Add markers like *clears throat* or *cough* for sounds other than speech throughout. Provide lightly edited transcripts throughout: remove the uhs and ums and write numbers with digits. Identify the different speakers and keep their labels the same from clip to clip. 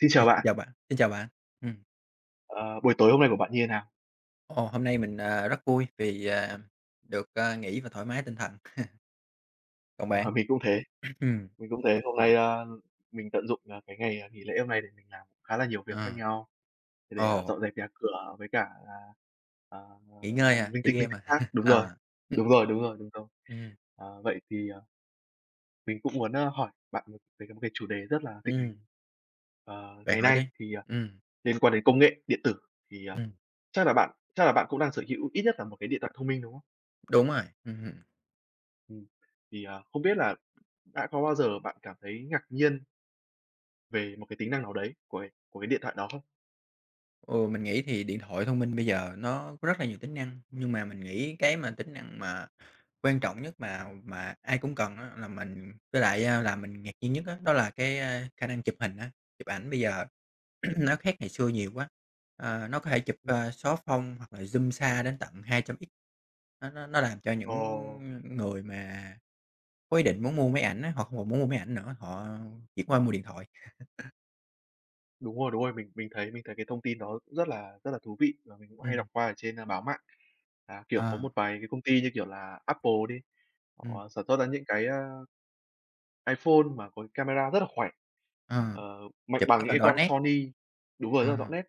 Speaker 1: Xin
Speaker 2: Ê,
Speaker 1: chào
Speaker 2: xin
Speaker 1: bạn,
Speaker 2: chào bạn, xin chào bạn. Ừm.
Speaker 1: ờ, buổi tối hôm nay của bạn như thế nào?
Speaker 2: Hôm nay mình rất vui vì được, nghỉ và thoải mái tinh thần. *laughs* Còn bạn?
Speaker 1: Ờ, mình cũng thế,
Speaker 2: *clears throat* Ừm.
Speaker 1: mình cũng thế. Hôm nay, mình tận dụng, cái ngày, nghỉ lễ hôm nay để mình làm khá là nhiều việc khác
Speaker 2: ờ,
Speaker 1: nhau, để,
Speaker 2: ồ,
Speaker 1: dọn dẹp nhà cửa với cả là, à,
Speaker 2: Nghỉ ngơi à, chơi
Speaker 1: linh
Speaker 2: game à?
Speaker 1: tinh khác.
Speaker 2: *laughs*
Speaker 1: Đúng rồi,
Speaker 2: À, ừm,
Speaker 1: đúng rồi, đúng rồi, đúng rồi.
Speaker 2: ừm,
Speaker 1: Ờ, vậy thì, mình cũng muốn, hỏi bạn về một cái chủ đề rất là thịnh hành,
Speaker 2: ừm, Bạn
Speaker 1: ngày
Speaker 2: hỏi
Speaker 1: nay
Speaker 2: đi.
Speaker 1: thì,
Speaker 2: Ừm,
Speaker 1: liên quan đến công nghệ điện tử. Thì,
Speaker 2: ừm,
Speaker 1: chắc là bạn cũng đang sở hữu ít nhất là một cái điện thoại thông minh, đúng không?
Speaker 2: Đúng rồi.
Speaker 1: Ừm, thì, không biết là đã có bao giờ bạn cảm thấy ngạc nhiên về một cái tính năng nào đấy của cái điện thoại đó không?
Speaker 2: Ừ, mình nghĩ thì điện thoại thông minh bây giờ nó có rất là nhiều tính năng, nhưng mà mình nghĩ cái mà tính năng mà quan trọng nhất mà ai cũng cần á, là mình với lại, là mình ngạc nhiên nhất đó đó là cái, khả năng chụp hình á, chụp ảnh bây giờ *clears throat* nó khác ngày xưa nhiều quá. Ờ, nó có thể chụp,
Speaker 1: Ừm.
Speaker 2: xóa phông hoặc là zoom xa đến tận 200x. Nó làm cho những
Speaker 1: Ờ,
Speaker 2: người mà có ý định muốn mua máy ảnh á, họ không còn muốn mua máy ảnh nữa, họ chuyển qua mua điện thoại.
Speaker 1: đúng rồi, mình thấy cái thông tin đó cũng rất là thú vị, và mình cũng hay
Speaker 2: Ừm.
Speaker 1: đọc qua ở trên, báo mạng. À, kiểu, có
Speaker 2: Ờ,
Speaker 1: một vài cái công ty như kiểu là Apple đi, họ
Speaker 2: ừm,
Speaker 1: sản xuất ra những cái, iPhone mà có cái camera rất là khỏe,
Speaker 2: ờ,
Speaker 1: ờ, mạnh
Speaker 2: Chụp
Speaker 1: bằng
Speaker 2: rất
Speaker 1: những
Speaker 2: là
Speaker 1: cái
Speaker 2: rõ
Speaker 1: con
Speaker 2: nét.
Speaker 1: Sony. Đúng rồi,
Speaker 2: Ờ.
Speaker 1: rất là rõ nét.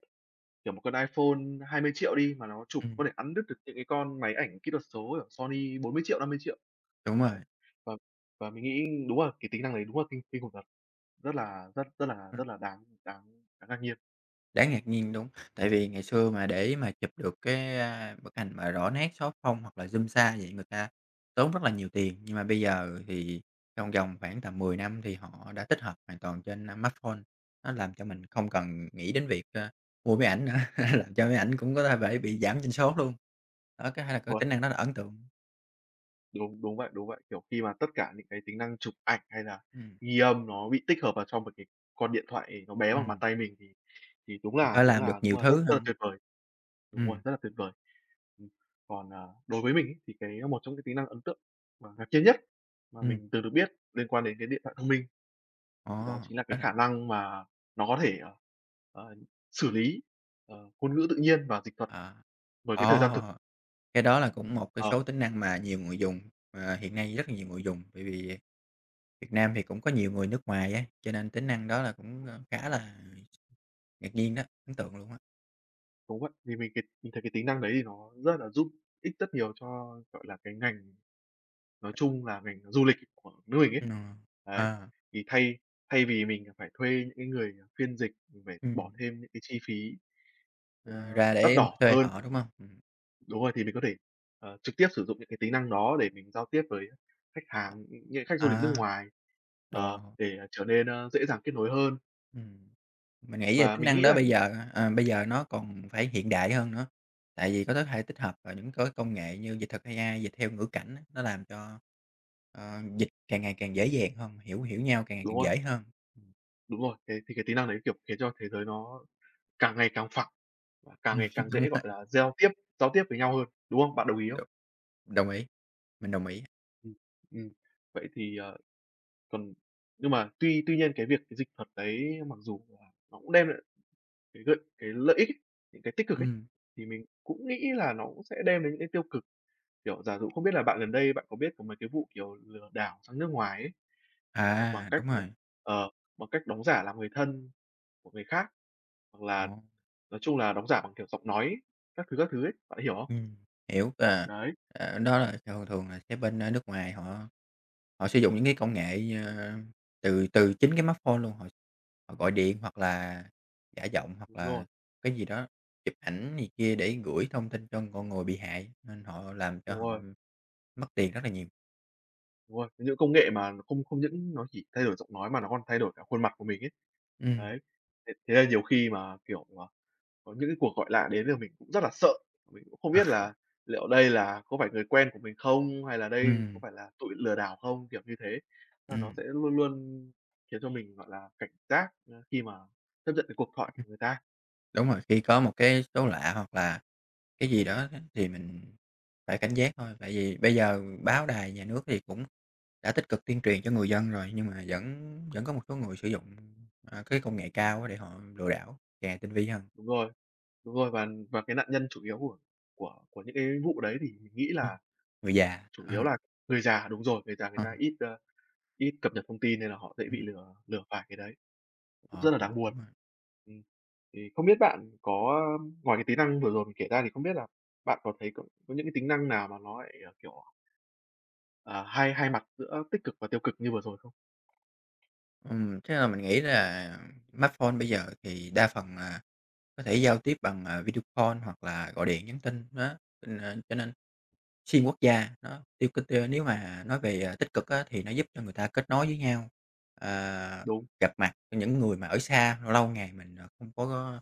Speaker 1: Kiểu, một con iPhone 20 triệu đi mà nó chụp
Speaker 2: Ừm,
Speaker 1: có thể ăn đứt được những cái con máy ảnh kỹ thuật số ở Sony 40 triệu, 50 triệu.
Speaker 2: Đúng rồi.
Speaker 1: Đấy, và và mình nghĩ đúng là cái tính năng đấy đúng là kinh kinh khủng thật. Rất là rất rất là
Speaker 2: ừm,
Speaker 1: rất là đáng đáng đáng ngạc nhiên.
Speaker 2: Đáng ngạc nhiên, đúng. Tại vì ngày xưa mà để mà chụp được cái, bức ảnh mà rõ nét, số phông hoặc là zoom xa vậy người ta tốn rất là nhiều tiền, nhưng mà bây giờ thì trong vòng khoảng tầm 10 năm thì họ đã tích hợp hoàn toàn trên, smartphone. Nó làm cho mình không cần nghĩ đến việc, mua máy ảnh nữa, *laughs* làm cho máy ảnh cũng có thể phải bị giảm doanh số luôn. Đó, cái hay là
Speaker 1: Đúng
Speaker 2: cái
Speaker 1: rồi,
Speaker 2: tính năng đó là ấn tượng.
Speaker 1: đúng, đúng vậy, đúng vậy. Kiểu, khi mà tất cả những cái tính năng chụp ảnh hay là
Speaker 2: Ừm,
Speaker 1: ghi âm nó bị tích hợp vào trong một cái con điện thoại nó bé bằng bàn
Speaker 2: ừm,
Speaker 1: tay mình thì đúng là
Speaker 2: có
Speaker 1: đúng
Speaker 2: làm được
Speaker 1: là đúng
Speaker 2: nhiều
Speaker 1: là rất
Speaker 2: thứ
Speaker 1: rất là
Speaker 2: hơn.
Speaker 1: tuyệt vời. Đúng rồi,
Speaker 2: Ừm,
Speaker 1: rất là tuyệt vời. Ừm, còn, đối với mình ấy, thì cái một trong cái tính năng ấn tượng và ngạc nhiên nhất mà
Speaker 2: ừm,
Speaker 1: mình từng được biết liên quan đến cái điện thoại thông minh
Speaker 2: ồ,
Speaker 1: thì đó chính là cái
Speaker 2: Đó là
Speaker 1: khả năng mà nó có thể, ờ, xử lý, ngôn ngữ tự nhiên và dịch thuật
Speaker 2: à,
Speaker 1: với cái thời gian
Speaker 2: ồ.
Speaker 1: thực.
Speaker 2: Cái đó là cũng một cái
Speaker 1: Ờ.
Speaker 2: số tính năng mà nhiều người dùng, mà hiện nay rất là nhiều người dùng, bởi vì Việt Nam thì cũng có nhiều người nước ngoài á, cho nên tính năng đó là cũng, khá là ngạc nhiên đó, ấn tượng luôn á.
Speaker 1: Đúng vậy, vì mình thấy cái tính năng đấy thì nó rất là giúp ích rất nhiều cho, gọi là, cái ngành nói chung là ngành du lịch của nước mình ấy.
Speaker 2: Ừm,
Speaker 1: Đấy,
Speaker 2: à,
Speaker 1: thì thay thay vì mình phải thuê những cái người phiên dịch, mình phải bỏ
Speaker 2: ừm,
Speaker 1: thêm những cái chi phí, ờ,
Speaker 2: Ra để
Speaker 1: đắt
Speaker 2: em
Speaker 1: đỏ
Speaker 2: thuê
Speaker 1: hơn.
Speaker 2: họ, đúng không? Ừm.
Speaker 1: Đúng rồi, thì mình có thể, trực tiếp sử dụng những cái tính năng đó để mình giao tiếp với khách hàng, những khách du lịch nước
Speaker 2: à,
Speaker 1: ngoài,
Speaker 2: đồ,
Speaker 1: để trở nên, dễ dàng kết nối hơn.
Speaker 2: ừm. Mình nghĩ là
Speaker 1: Và
Speaker 2: tính
Speaker 1: mình
Speaker 2: năng
Speaker 1: nghĩ
Speaker 2: đó
Speaker 1: là
Speaker 2: bây giờ, bây giờ nó còn phải hiện đại hơn nữa, tại vì có thể tích hợp vào những cái công nghệ như dịch thuật AI, dịch theo ngữ cảnh á, nó làm cho, dịch càng ngày càng dễ dàng hơn, hiểu hiểu nhau càng ngày
Speaker 1: đúng
Speaker 2: càng
Speaker 1: rồi,
Speaker 2: dễ hơn. Ừm,
Speaker 1: đúng rồi, thế thì cái tính năng đấy, kiểu, khiến cho thế giới nó càng ngày càng phẳng và càng ngày
Speaker 2: *laughs*
Speaker 1: càng
Speaker 2: Đúng
Speaker 1: dễ, gọi
Speaker 2: rồi,
Speaker 1: là, giao tiếp với nhau hơn, đúng không? Bạn đồng ý không?
Speaker 2: đúng, đồng ý, mình đồng ý.
Speaker 1: Ừm, ừm, vậy thì, còn nhưng mà tuy tuy nhiên cái việc cái dịch thuật đấy mặc dù là nó cũng đem lại cái lợi ích ấy, những cái tích cực ấy,
Speaker 2: Ừm,
Speaker 1: thì mình cũng nghĩ là nó cũng sẽ đem đến những cái tiêu cực. Kiểu, giả dụ không biết là bạn gần đây bạn có biết có mấy cái vụ, kiểu, lừa đảo sang nước ngoài ấy, ờ, bằng cách
Speaker 2: Đúng
Speaker 1: là
Speaker 2: rồi.
Speaker 1: ờ, bằng cách đóng giả là người thân của người khác, hoặc là
Speaker 2: ồ,
Speaker 1: nói chung là đóng giả bằng, kiểu, giọng nói các thứ ấy, bạn hiểu không?
Speaker 2: ừm, Hiểu. Ờ,
Speaker 1: Đấy.
Speaker 2: Đó là thường thường là sẽ bên, nước ngoài họ họ sử dụng những cái công nghệ, từ từ chính cái smartphone luôn, họ họ gọi điện hoặc là giả giọng hoặc
Speaker 1: Đúng
Speaker 2: là
Speaker 1: rồi,
Speaker 2: cái gì đó, chụp ảnh gì kia để gửi thông tin cho con người bị hại, nên họ làm cho
Speaker 1: đúng
Speaker 2: họ
Speaker 1: rồi,
Speaker 2: mất tiền rất là nhiều.
Speaker 1: đúng rồi. Những công nghệ mà nó không không những nó chỉ thay đổi giọng nói mà nó còn thay đổi cả khuôn mặt của mình ấy.
Speaker 2: Ừm,
Speaker 1: Đấy, thế thế là nhiều khi mà, kiểu, có những cái cuộc gọi lạ đến là mình cũng rất là sợ, mình cũng không
Speaker 2: À,
Speaker 1: biết là liệu đây là có phải người quen của mình không, hay là đây có
Speaker 2: ừm,
Speaker 1: phải là tụi lừa đảo không, kiểu như thế. Là nó
Speaker 2: ừm,
Speaker 1: sẽ luôn luôn khiến cho mình, gọi là, cảnh giác, khi mà tiếp nhận cái cuộc thoại
Speaker 2: *laughs*
Speaker 1: của người ta.
Speaker 2: Đúng rồi, khi có
Speaker 1: Đấy,
Speaker 2: một cái số lạ hoặc là cái gì đó thì mình phải cảnh giác thôi, tại vì bây giờ báo đài, nhà nước thì cũng đã tích cực tuyên truyền cho người dân rồi, nhưng mà vẫn vẫn có một số người sử dụng, cái công nghệ cao á để họ lừa đảo, càng tinh vi hơn.
Speaker 1: đúng rồi, đúng rồi, và cái nạn nhân chủ yếu của những cái vụ đấy thì mình nghĩ
Speaker 2: Ừm.
Speaker 1: là
Speaker 2: Người già.
Speaker 1: chủ
Speaker 2: Ờ,
Speaker 1: yếu là người già. Đúng rồi, người già người
Speaker 2: ờ,
Speaker 1: ta ít, ít cập nhật thông tin nên là họ dễ bị
Speaker 2: ừm,
Speaker 1: lừa lừa phải cái đấy, cũng
Speaker 2: ờ,
Speaker 1: rất là đáng buồn.
Speaker 2: Đúng rồi.
Speaker 1: Ừm, thì không biết bạn có ngoài cái tính năng vừa rồi mình kể ra thì không biết là bạn có thấy có những cái tính năng nào mà nó lại, kiểu, ờ, hai hai mặt giữa tích cực và tiêu cực như vừa rồi không?
Speaker 2: Chắc là mình nghĩ là smartphone bây giờ thì đa phần là có thể giao tiếp bằng, video call hoặc là gọi điện, nhắn tin đó, cho nên xuyên quốc gia, nó tiêu cực. Nếu mà nói về, tích cực á, thì nó giúp cho người ta kết nối với nhau, ờ,
Speaker 1: Đúng,
Speaker 2: gặp mặt những người mà ở xa lâu ngày mình, không có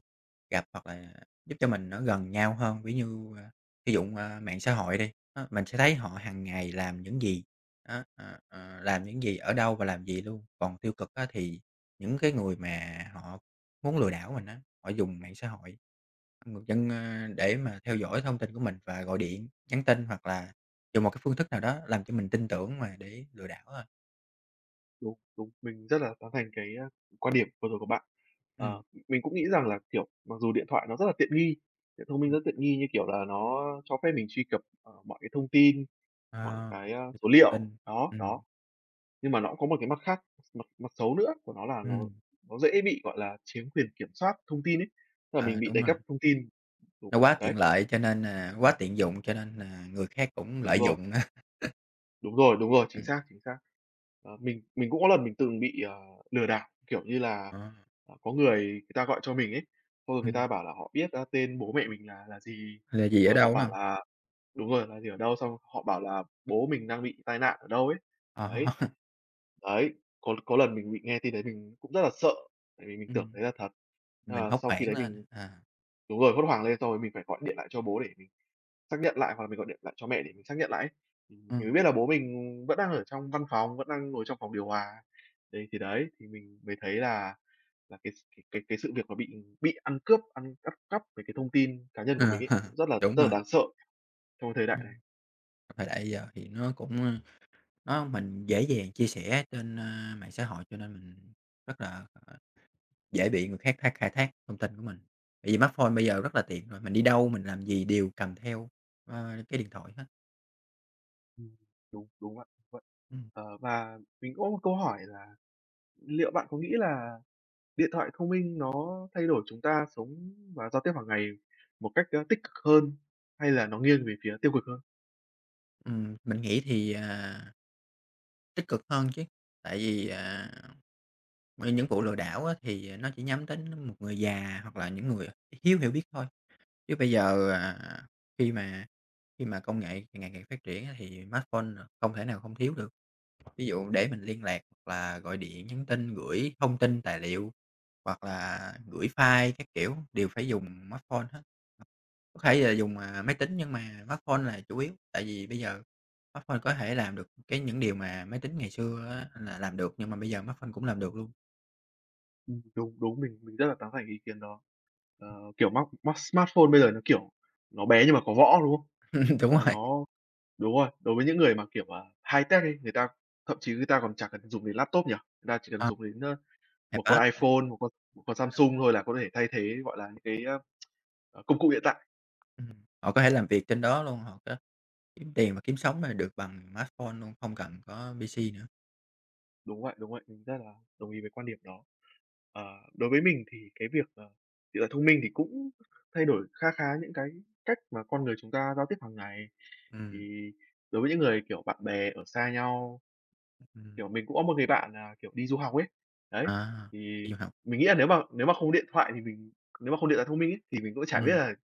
Speaker 2: gặp hoặc là giúp cho mình nó gần nhau hơn. Ví như, sử dụng, mạng xã hội đi, á, mình sẽ thấy họ hàng ngày làm những gì, đó, làm những gì, ở đâu và làm gì luôn. Còn tiêu cực á, thì những cái người mà họ muốn lừa đảo mình á, họ dùng mạng xã hội. Người dân, để mà theo dõi thông tin của mình và gọi điện, nhắn tin hoặc là dùng một cái phương thức nào đó làm cho mình tin tưởng mà để lừa đảo à.
Speaker 1: đúng, đúng, mình rất là tán thành cái, quan điểm vừa rồi của bạn. Ờ,
Speaker 2: Ừm,
Speaker 1: mình cũng nghĩ rằng là, kiểu, mặc dù điện thoại nó rất là tiện nghi, điện thông minh
Speaker 2: ừm,
Speaker 1: rất tiện nghi như kiểu là nó cho phép mình truy cập, mọi cái thông tin, mọi
Speaker 2: ờ,
Speaker 1: cái,
Speaker 2: Truy
Speaker 1: số
Speaker 2: thông
Speaker 1: liệu,
Speaker 2: tin.
Speaker 1: đó, đó.
Speaker 2: ừm,
Speaker 1: Nhưng mà nó cũng có một cái mặt khác, mặt mặt xấu nữa của nó là nó
Speaker 2: ừm,
Speaker 1: nó dễ bị, gọi là, chiếm quyền kiểm soát thông tin ấy, tức là mình bị
Speaker 2: Đúng
Speaker 1: đầy
Speaker 2: rồi,
Speaker 1: cấp thông tin. Đúng,
Speaker 2: nó quá
Speaker 1: đấy,
Speaker 2: tiện lợi cho nên là quá tiện dụng cho nên là người khác cũng
Speaker 1: đúng
Speaker 2: lợi
Speaker 1: rồi,
Speaker 2: dụng á.
Speaker 1: đúng rồi, đúng rồi, chính
Speaker 2: Ừm,
Speaker 1: xác, chính xác. Mình cũng có lần mình từng bị, lừa đảo, kiểu như là,
Speaker 2: ờ, *laughs*
Speaker 1: có người người ta gọi cho mình ấy, xong rồi người
Speaker 2: ừm,
Speaker 1: ta bảo là họ biết, tên bố mẹ mình là gì,
Speaker 2: là gì ở
Speaker 1: rồi
Speaker 2: đâu,
Speaker 1: họ
Speaker 2: đúng
Speaker 1: bảo
Speaker 2: hông?
Speaker 1: là đúng rồi, là gì ở đâu, xong họ bảo là bố mình đang bị tai nạn ở đâu ấy,
Speaker 2: Ờ,
Speaker 1: đấy.
Speaker 2: *laughs*
Speaker 1: Đấy, có lần mình bị nghe tin đấy mình cũng rất là sợ, tại vì mình tưởng
Speaker 2: ừm,
Speaker 1: đấy là thật.
Speaker 2: mình
Speaker 1: Ờ,
Speaker 2: hốt
Speaker 1: sau khi
Speaker 2: hoảng
Speaker 1: đấy
Speaker 2: lên,
Speaker 1: mình
Speaker 2: à.
Speaker 1: đúng rồi, hốt hoảng lên xong rồi mình phải gọi điện lại cho bố để mình xác nhận lại, hoặc là mình gọi điện lại cho mẹ để mình xác nhận lại ấy, thì mình
Speaker 2: ừm,
Speaker 1: mới biết là bố mình vẫn đang ở trong văn phòng, vẫn đang ngồi trong phòng điều hòa. Đấy, thì mình mới thấy là cái sự việc mà bị ăn cướp, ăn cắp cắp về cái thông tin cá nhân của
Speaker 2: ờ,
Speaker 1: mình ấy, cũng
Speaker 2: *laughs* Đúng
Speaker 1: rất là
Speaker 2: rồi.
Speaker 1: đáng sợ trong cái thời đại này.
Speaker 2: ừm, Thời đại giờ thì nó cũng, nó mình dễ dàng chia sẻ trên, mạng xã hội cho nên mình rất là, dễ bị người khác khai thác thông tin của mình. Bởi vì smartphone bây giờ rất là tiện rồi, mình đi đâu, mình làm gì đều cầm theo, cái điện thoại hết.
Speaker 1: Ừm, đúng, đúng vậy, vậy.
Speaker 2: Ừm,
Speaker 1: Ờ, và mình có một câu hỏi là liệu bạn có nghĩ là điện thoại thông minh nó thay đổi chúng ta sống và giao tiếp hàng ngày một cách, tích cực hơn hay là nó nghiêng về phía tiêu cực hơn?
Speaker 2: mình nghĩ thì, tích cực hơn chứ, tại vì, những vụ lừa đảo á thì nó chỉ nhắm đến một người già hoặc là những người thiếu hiểu biết thôi. Chứ bây giờ, khi mà khi mà công nghệ ngày ngày phát triển á thì smartphone, không thể nào không thiếu được. Ví dụ để mình liên lạc hoặc là gọi điện, nhắn tin, gửi thông tin, tài liệu hoặc là gửi file các kiểu đều phải dùng smartphone hết. Có thể là dùng, máy tính nhưng mà smartphone là chủ yếu, tại vì bây giờ smartphone có thể làm được cái những điều mà máy tính ngày xưa á là làm được, nhưng mà bây giờ smartphone cũng làm được luôn.
Speaker 1: Đúng, đúng, mình rất là tán thành ý kiến đó. Ờ, kiểu, móc móc smartphone bây giờ nó, kiểu, nó bé nhưng mà có võ, đúng không?
Speaker 2: *laughs* Đúng
Speaker 1: Tức là
Speaker 2: rồi,
Speaker 1: nó đúng rồi, đối với những người mà, kiểu, high-tech ấy người ta thậm chí người ta còn chả cần dùng đến laptop nhỉ? Người ta chỉ cần
Speaker 2: ờ,
Speaker 1: dùng đến, một con
Speaker 2: iPad.
Speaker 1: iPhone, một con Samsung thôi là có thể thay thế, gọi là, những cái, công cụ hiện tại.
Speaker 2: Họ có thể làm việc trên đó luôn, họ có kiếm tiền và kiếm sống là được bằng smartphone luôn, không cần có PC nữa.
Speaker 1: Đúng vậy, mình rất là đồng ý với quan điểm đó. Ờ, đối với mình thì cái việc, điện thoại thông minh thì cũng thay đổi kha khá những cái cách mà con người chúng ta giao tiếp hàng ngày.
Speaker 2: Ừm,
Speaker 1: Thì đối với những người, kiểu, bạn bè ở xa nhau,
Speaker 2: ừm,
Speaker 1: kiểu, mình cũng có một người bạn là, kiểu, đi du học ấy, đấy,
Speaker 2: à, Đi
Speaker 1: thì
Speaker 2: du học.
Speaker 1: mình nghĩ là nếu mà không điện thoại thì mình nếu mà không điện thoại thông minh ấy, thì mình cũng chả biết
Speaker 2: ừm,
Speaker 1: là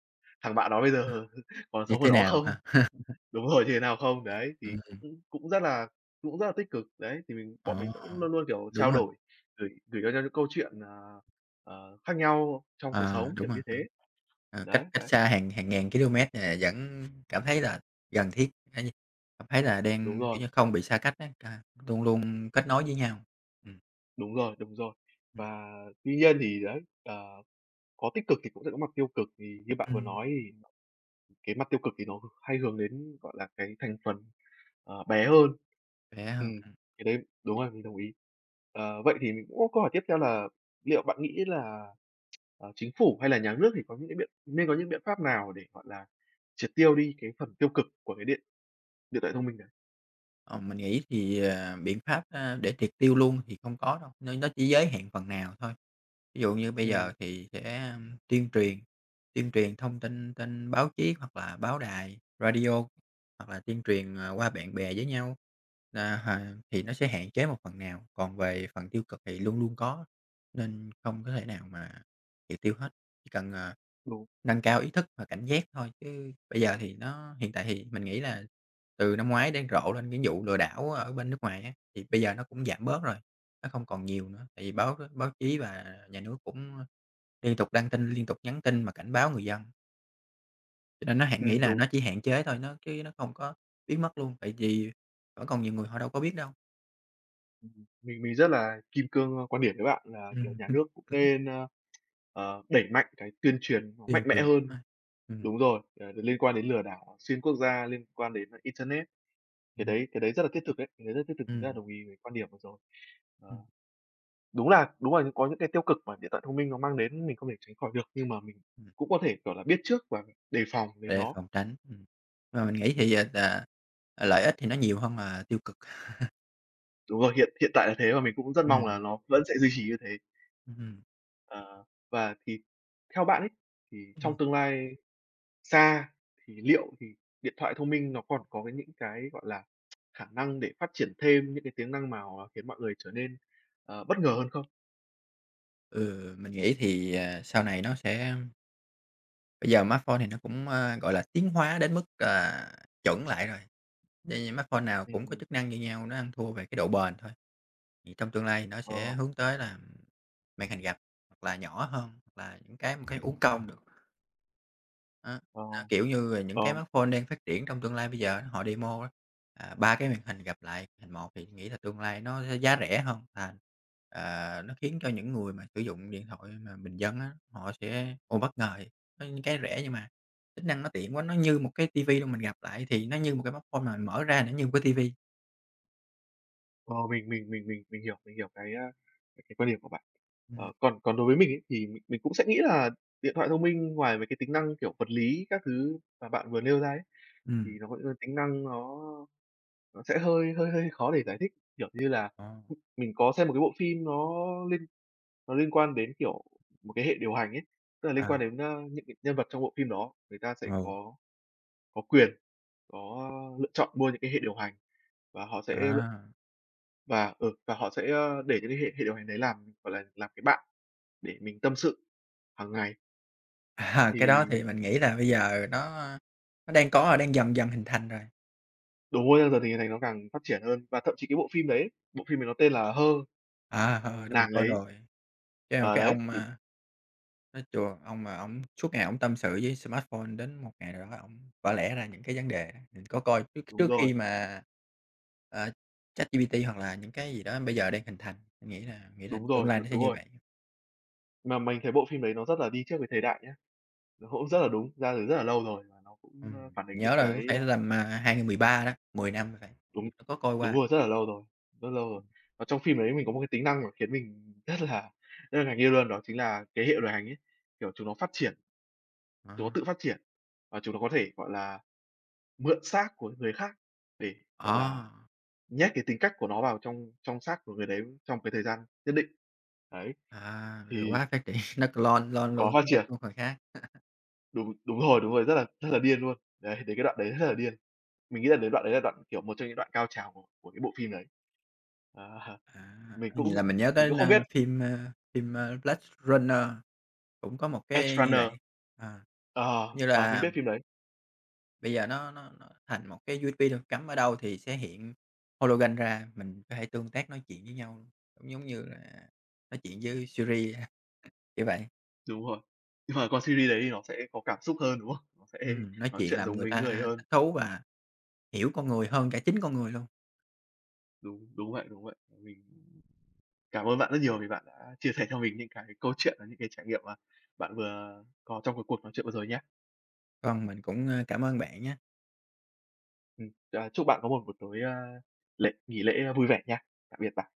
Speaker 1: thằng bạn đó bây giờ *laughs* còn
Speaker 2: Như
Speaker 1: sống ở
Speaker 2: thế
Speaker 1: đó
Speaker 2: nào
Speaker 1: không.
Speaker 2: ha?
Speaker 1: Đúng rồi, như thế nào không? Đấy, thì
Speaker 2: Ừm.
Speaker 1: cũng cũng rất là tích cực. Đấy, thì bọn
Speaker 2: Ờ,
Speaker 1: mình vẫn luôn luôn, kiểu,
Speaker 2: Đúng
Speaker 1: trao
Speaker 2: rồi.
Speaker 1: đổi, gửi gửi cho nhau những câu chuyện, khác nhau trong cuộc
Speaker 2: Ờ,
Speaker 1: sống,
Speaker 2: Đúng
Speaker 1: kiểu
Speaker 2: rồi,
Speaker 1: như thế.
Speaker 2: ờ. Ờ, cách
Speaker 1: Đấy,
Speaker 2: cách
Speaker 1: đấy,
Speaker 2: xa hàng hàng ngàn ki-lô-mét nè, vẫn cảm thấy là gần thiết, cảm thấy là
Speaker 1: đúng
Speaker 2: đang, kiểu
Speaker 1: rồi,
Speaker 2: như, không bị xa cách á, à, luôn luôn kết nối với nhau. Ừm,
Speaker 1: đúng rồi, đúng rồi.
Speaker 2: ừm,
Speaker 1: Và tuy nhiên thì đấy, có tích cực thì cũng sẽ có mặt tiêu cực, thì như bạn vừa
Speaker 2: ừm,
Speaker 1: nói thì cái mặt tiêu cực thì nó hay hướng đến, gọi là, cái thành phần, bé hơn.
Speaker 2: Vậy á
Speaker 1: ừ
Speaker 2: hả?
Speaker 1: cái đấy đúng rồi, mình đồng ý. Vậy thì mình cũng có câu hỏi tiếp theo là liệu bạn nghĩ là chính phủ hay là nhà nước thì có những biện pháp nào để, gọi là, triệt tiêu đi cái phần tiêu cực của cái điện điện thoại thông minh này?
Speaker 2: Ờ, mình nghĩ thì, biện pháp, để triệt tiêu luôn thì không có đâu, nên nó chỉ giới hạn phần nào thôi. Ví dụ như bây
Speaker 1: Ừm.
Speaker 2: giờ thì sẽ tuyên truyền thông tin trên báo chí hoặc là báo đài, radio, hoặc là tuyên truyền, qua bạn bè với nhau, là hà thì nó sẽ hạn chế một phần nào, còn về phần tiêu cực thì luôn luôn có, nên không có thể nào mà triệt tiêu hết. Chỉ cần, ờ,
Speaker 1: Đúng,
Speaker 2: nâng cao ý thức và cảnh giác thôi, chứ bây giờ thì nó hiện tại thì mình nghĩ là từ năm ngoái đến rộ lên cái vụ lừa đảo ở bên nước ngoài á, thì bây giờ nó cũng giảm bớt rồi, nó không còn nhiều nữa, tại vì báo báo chí và nhà nước cũng liên tục đăng tin, liên tục nhắn tin mà cảnh báo người dân. Cho nên nó hạn nghĩ là
Speaker 1: đúng,
Speaker 2: nó chỉ hạn chế thôi, chứ nó không có biến mất luôn, tại vì vẫn còn nhiều người họ đâu có biết đâu.
Speaker 1: Mình rất là kim cương, quan điểm với bạn là, kiểu,
Speaker 2: Ừm,
Speaker 1: nhà
Speaker 2: *laughs*
Speaker 1: nước cũng nên, đẩy mạnh cái tuyên truyền nó mạnh
Speaker 2: Tuyên
Speaker 1: mẽ
Speaker 2: truyền, đúng
Speaker 1: hơn.
Speaker 2: rồi. Ừm,
Speaker 1: Đúng rồi, liên quan đến lừa đảo xuyên quốc gia, liên quan đến internet, cái
Speaker 2: ừm,
Speaker 1: đấy cái đấy rất là thiết thực đấy, cái đấy rất thiết thực, mình rất là
Speaker 2: ừm,
Speaker 1: đồng ý với quan điểm vừa rồi.
Speaker 2: ừm,
Speaker 1: Ờ. đúng là có những cái tiêu cực mà điện thoại thông minh nó mang đến mình không thể tránh khỏi được, nhưng mà mình
Speaker 2: ừm.
Speaker 1: cũng có thể, kiểu là, biết trước và đề phòng với
Speaker 2: Để
Speaker 1: nó.
Speaker 2: phòng tránh. Mà mình nghĩ thì,
Speaker 1: Ừm,
Speaker 2: lợi ích thì nó nhiều hơn là tiêu cực.
Speaker 1: đúng rồi, hiện hiện tại là thế và mình cũng rất mong
Speaker 2: Ừm,
Speaker 1: là nó vẫn sẽ duy trì như thế.
Speaker 2: ừm,
Speaker 1: Ờ, và theo bạn ấy, thì
Speaker 2: ừm.
Speaker 1: trong tương lai xa thì liệu thì điện thoại thông minh nó còn có những cái, gọi là, khả năng để phát triển thêm những cái tính năng mà khiến mọi người trở nên, bất ngờ hơn không?
Speaker 2: Ừ, mình nghĩ thì, sau này nó sẽ bây giờ smartphone thì nó cũng, gọi là, tiến hóa đến mức, chuẩn lại rồi, nên vì smartphone nào cũng có
Speaker 1: Ừm,
Speaker 2: chức năng như nhau, nó ăn thua về cái độ bền thôi. Thì trong tương lai nó
Speaker 1: ờ,
Speaker 2: sẽ hướng tới là màn hình gập, hoặc là nhỏ hơn, hoặc là những cái một cái thể uốn cong được. Á,
Speaker 1: ờ,
Speaker 2: nó, kiểu như là, những
Speaker 1: ờ.
Speaker 2: cái smartphone đang phát triển trong tương lai bây giờ họ demo á, 3 cái màn hình gặp lại thành một thì nghĩ là tương lai nó sẽ giá rẻ hơn và, nó khiến cho những người mà sử dụng điện thoại mà bình dân á, họ sẽ, ồ, bất ngờ, có những cái rẻ nhưng mà tính năng nó tiện quá, nó như một cái tivi luôn, mình gặp lại thì nó như một cái smartphone mà mình mở ra nó như một cái vi.
Speaker 1: Ờ, mình hiểu, mình hiểu cái, cái quan điểm của bạn.
Speaker 2: Ừm,
Speaker 1: Còn còn đối với mình ấy, thì mình cũng sẽ nghĩ là điện thoại thông minh ngoài mấy cái tính năng, kiểu, vật lý các thứ mà bạn vừa nêu ra ấy, thì
Speaker 2: ừm,
Speaker 1: nó có những cái tính năng nó sẽ hơi hơi hơi khó để giải thích. Kiểu như là,
Speaker 2: ờ,
Speaker 1: mình có xem một cái bộ phim liên nó liên quan đến, kiểu, một cái hệ điều hành ấy, tức là liên
Speaker 2: à,
Speaker 1: quan đến, những cái nhân vật trong bộ phim đó, người ta sẽ
Speaker 2: ừ,
Speaker 1: có quyền, có lựa chọn mua những cái hệ điều hành và họ sẽ
Speaker 2: à.
Speaker 1: Và, và họ sẽ, để cho cái hệ hệ điều hành đấy làm, gọi là, làm cái bạn để mình tâm sự hàng ngày,
Speaker 2: À, cái đó thì
Speaker 1: thì
Speaker 2: mình nghĩ là bây giờ nó đang có rồi, đang dần dần hình thành rồi.
Speaker 1: đúng rồi, giờ thì ngày này nó càng phát triển hơn. Và thậm chí cái bộ phim đấy, bộ phim này nó tên là Her,
Speaker 2: Đó mình
Speaker 1: nàng
Speaker 2: coi
Speaker 1: ấy,
Speaker 2: rồi.
Speaker 1: ờ,
Speaker 2: Cái
Speaker 1: đấy,
Speaker 2: ông,
Speaker 1: thì
Speaker 2: nói chùa, ông mà ông suốt ngày ông tâm sự với smartphone đến một ngày nào đó ông vỡ lẽ ra những cái vấn đề. Mình có coi trước
Speaker 1: đúng
Speaker 2: trước
Speaker 1: rồi,
Speaker 2: khi mà, ờ, ChatGPT hoặc là những cái gì đó bây giờ đang hình thành, mình nghĩ là
Speaker 1: đúng
Speaker 2: tương
Speaker 1: rồi,
Speaker 2: lai nó sẽ
Speaker 1: đúng
Speaker 2: như
Speaker 1: rồi.
Speaker 2: vậy.
Speaker 1: Mà mình thấy bộ phim đấy nó rất là đi trước với thời đại nhá, nó cũng rất là đúng, ra từ rất là lâu rồi và nó cũng,
Speaker 2: Ừm,
Speaker 1: phản
Speaker 2: mình
Speaker 1: ánh
Speaker 2: nhớ
Speaker 1: những
Speaker 2: là cũng
Speaker 1: cái,
Speaker 2: phải tầm, 2013 đó, 10 năm rồi phải,
Speaker 1: đúng,
Speaker 2: mình có coi
Speaker 1: đúng
Speaker 2: qua.
Speaker 1: rồi, rất là lâu rồi, rất lâu rồi. Và trong phim đấy mình có một cái tính năng mà khiến mình rất là ngạc nhiên luôn, đó chính là cái hệ điều hành ấy, kiểu, chúng nó phát triển,
Speaker 2: Ờ,
Speaker 1: chúng nó tự phát triển. Và chúng nó có thể, gọi là, mượn xác của người khác để, gọi là,
Speaker 2: ờ,
Speaker 1: nhét cái tính cách của nó vào trong trong xác của người đấy trong cái thời gian nhất định. Đấy, thì
Speaker 2: Quá phát triển, *laughs* nó clone clone luôn
Speaker 1: có phát
Speaker 2: tính cách
Speaker 1: triển
Speaker 2: của người khác.
Speaker 1: đúng, đúng rồi, rất là điên luôn. Đấy, đến cái đoạn đấy rất là điên. Mình nghĩ là đến đoạn đấy là đoạn, kiểu, một trong những đoạn cao trào của cái bộ phim đấy. À,
Speaker 2: À,
Speaker 1: *laughs* mình cũng
Speaker 2: là mình nhớ
Speaker 1: mình cũng
Speaker 2: đến,
Speaker 1: không biết
Speaker 2: phim, phim, Blade Runner. Cũng có một
Speaker 1: Edge
Speaker 2: cái như vậy,
Speaker 1: Runner
Speaker 2: à, như
Speaker 1: ờ, mình
Speaker 2: là
Speaker 1: biết phim đấy,
Speaker 2: bây giờ nó thành một cái USB thôi, cắm ở đâu thì sẽ hiện hologram ra, mình có thể tương tác nói chuyện với nhau, cũng giống như là nói chuyện với Siri, kiểu vậy.
Speaker 1: đúng rồi. Nhưng mà con series đấy thì nó sẽ có cảm xúc hơn, đúng không? Nó sẽ
Speaker 2: Nói
Speaker 1: nói
Speaker 2: chuyện
Speaker 1: chuyện
Speaker 2: làm
Speaker 1: giống
Speaker 2: người
Speaker 1: với người
Speaker 2: ta
Speaker 1: hơn.
Speaker 2: thích thú và hiểu con người hơn cả chính con người luôn.
Speaker 1: Đúng, đúng vậy, đúng vậy. Mình cảm ơn bạn rất nhiều vì bạn đã chia sẻ cho mình những cái câu chuyện và những cái trải nghiệm mà bạn vừa có trong cái cuộc nói chuyện vừa rồi nhé.
Speaker 2: Còn mình cũng, cảm ơn bạn nhá.
Speaker 1: Chúc bạn có một buổi tối, a, lễ nghỉ lễ vui vẻ nha. Tạm biệt bạn.